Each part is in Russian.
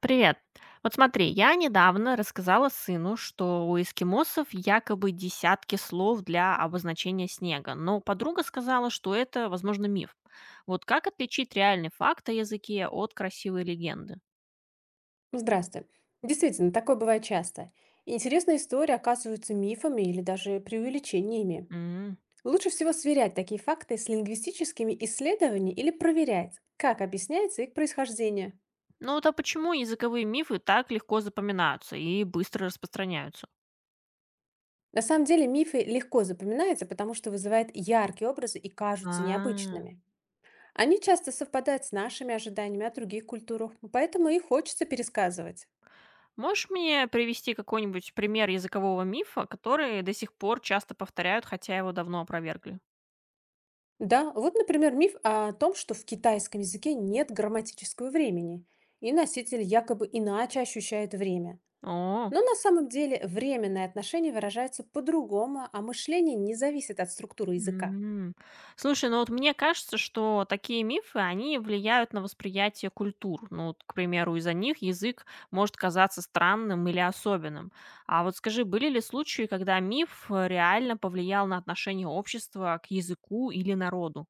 Привет. Вот смотри, я недавно рассказала сыну, что у эскимосов якобы десятки слов для обозначения снега, но подруга сказала, что это, возможно, миф. Вот как отличить реальный факт о языке от красивой легенды? Здравствуй. Действительно, такое бывает часто. Интересные истории оказываются мифами или даже преувеличениями. М. Лучше всего сверять такие факты с лингвистическими исследованиями или проверять, как объясняется их происхождение. Ну вот, а почему языковые мифы так легко запоминаются и быстро распространяются? На самом деле мифы легко запоминаются, потому что вызывают яркие образы и кажутся А, необычными. Они часто совпадают с нашими ожиданиями о других культурах, поэтому их хочется пересказывать. можешь мне привести какой-нибудь пример языкового мифа, который до сих пор часто повторяют, хотя его давно опровергли? Да, вот, например, миф о том, что в китайском языке нет грамматического времени, и носитель якобы иначе ощущает время. О. Но на самом деле временные отношения выражаются по-другому, а мышление не зависит от структуры языка. М. Слушай, ну вот мне кажется, что такие мифы, они влияют на восприятие культур. Ну вот, к примеру, из-за них язык может казаться странным или особенным. А вот скажи, были ли случаи, когда миф реально повлиял на отношение общества к языку или народу?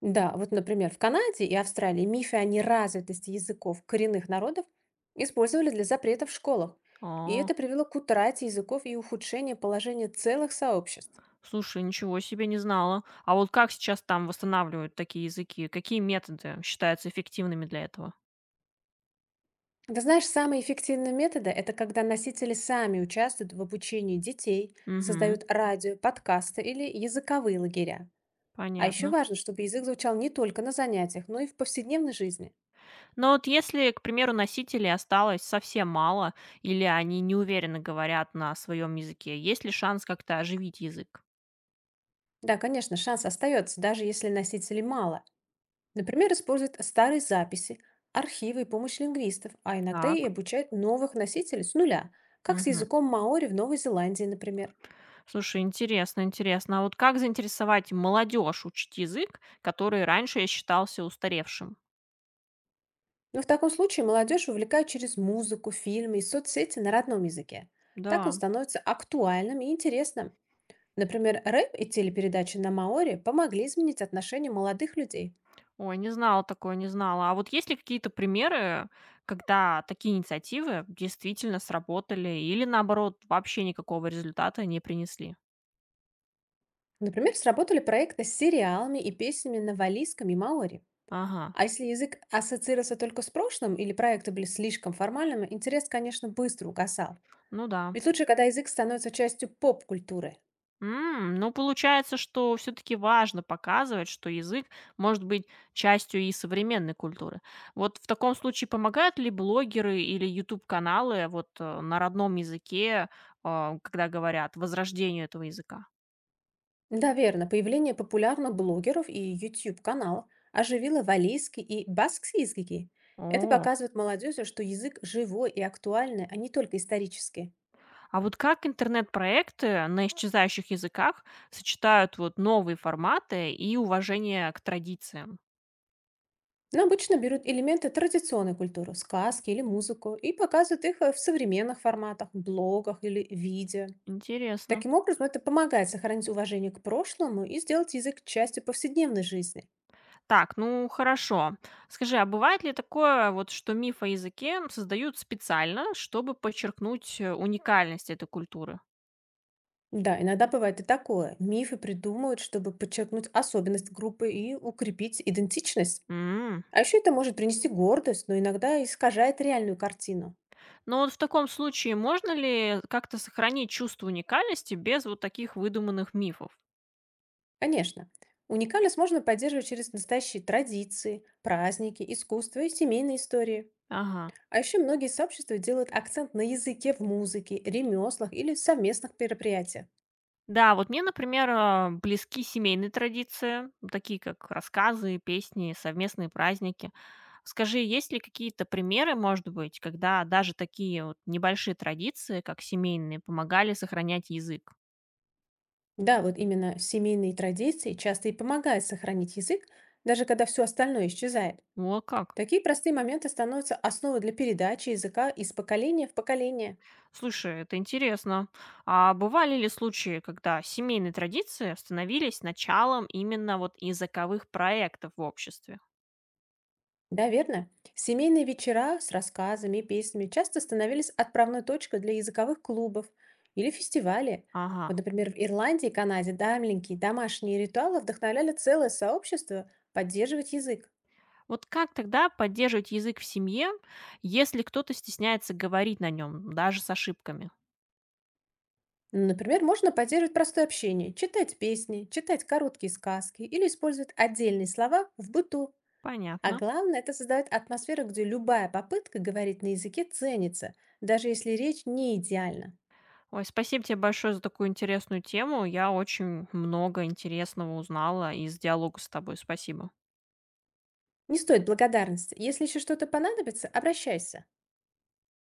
Да, вот, например, в Канаде и Австралии мифы о неразвитости языков коренных народов использовали для запрета в школах. И А, это привело к утрате языков и ухудшению положения целых сообществ. слушай, ничего себе, не знала. А вот как сейчас там восстанавливают такие языки? Какие методы считаются эффективными для этого? Ты знаешь, самые эффективные методы– это когда носители сами участвуют в обучении детей, Угу, создают радио, подкасты или языковые лагеря. А еще понятно. важно, чтобы язык звучал не только на занятиях, но и в повседневной жизни. Но вот если, к примеру, носителей осталось совсем мало, или они неуверенно говорят на своем языке, есть ли шанс как-то оживить язык? Да, конечно, шанс остается, даже если носителей мало. Например, используют старые записи, архивы и помощь лингвистов, а иногда и Так. обучают новых носителей с нуля, как с Мгм. языком маори в Новой Зеландии, например. Слушай, интересно, интересно. А вот как заинтересовать молодежь учить язык, который раньше я считался устаревшим? Но в таком случае молодежь увлекают через музыку, фильмы и соцсети на родном языке. Так он Да. становится актуальным и интересным. Например, рэп и телепередачи на маори помогли изменить отношение молодых людей. Ой, не знала такое, не знала. А вот есть ли какие-то примеры, когда такие инициативы действительно сработали или наоборот вообще никакого результата не принесли? Например, сработали проекты с сериалами и песнями на валийском и маори. Ага, А если язык ассоциировался только с прошлым или проекты были слишком формальными, интерес, конечно, быстро угасал. ну да. Ведь лучше, когда язык становится частью поп-культуры. М, ну, получается, что все таки важно показывать, что язык может быть частью и современной культуры. Вот в таком случае помогают ли блогеры или YouTube каналы вот, на родном языке, а, когда говорят, возрождению этого языка? Да, верно, появление популярных блогеров и YouTube-каналов оживило валийский и баскский языки. Это О, показывает молодежи, что язык живой и актуальный, а не только исторический. а вот как интернет-проекты на исчезающих языках сочетают вот новые форматы и уважение к традициям? Но обычно берут элементы традиционной культуры, сказки или музыку, и показывают их в современных форматах, блогах или видео. Интересно. Таким образом, это помогает сохранить уважение к прошлому и сделать язык частью повседневной жизни. Так, ну хорошо. Скажи, а бывает ли такое, вот, что миф о языке создают специально, чтобы подчеркнуть уникальность этой культуры? Да, иногда бывает и такое. Мифы придумывают, чтобы подчеркнуть особенность группы и укрепить идентичность. М. А еще это может принести гордость, но иногда искажает реальную картину. Но вот в таком случае можно ли как-то сохранить чувство уникальности без вот таких выдуманных мифов? Конечно, уникальность можно поддерживать через настоящие традиции, праздники, искусство и семейные истории. Ага. А еще многие сообщества делают акцент на языке в музыке, ремеслах или совместных мероприятиях. Да, вот мне, например, близки семейные традиции, ну, такие как рассказы, песни, совместные праздники. Скажи, есть ли какие-то примеры, может быть, когда даже такие вот небольшие традиции, как семейные, помогали сохранять язык? Да, вот именно семейные традиции часто и помогают сохранить язык, даже когда все остальное исчезает. О, а как. Такие простые моменты становятся основой для передачи языка из поколения в поколение. Слушай, это интересно. А бывали ли случаи, когда семейные традиции становились началом именно вот языковых проектов в обществе? Да, верно. Семейные вечера с рассказами и песнями часто становились отправной точкой для языковых клубов или фестивалей. Ага. Вот, например, в Ирландии и Канаде давненькие домашние ритуалы вдохновляли целое сообщество поддерживать язык. Вот как тогда поддерживать язык в семье, если кто-то стесняется говорить на нем, даже с ошибками? Например, можно поддерживать простое общение, читать песни, читать короткие сказки или использовать отдельные слова в быту. А Понятно. главное, это создает атмосферу, где любая попытка говорить на языке ценится, даже если речь не идеальна. Ой, спасибо тебе большое за такую интересную тему. Я очень много интересного узнала из диалога с тобой. Спасибо. Не стоит благодарности. Если еще что-то понадобится, обращайся.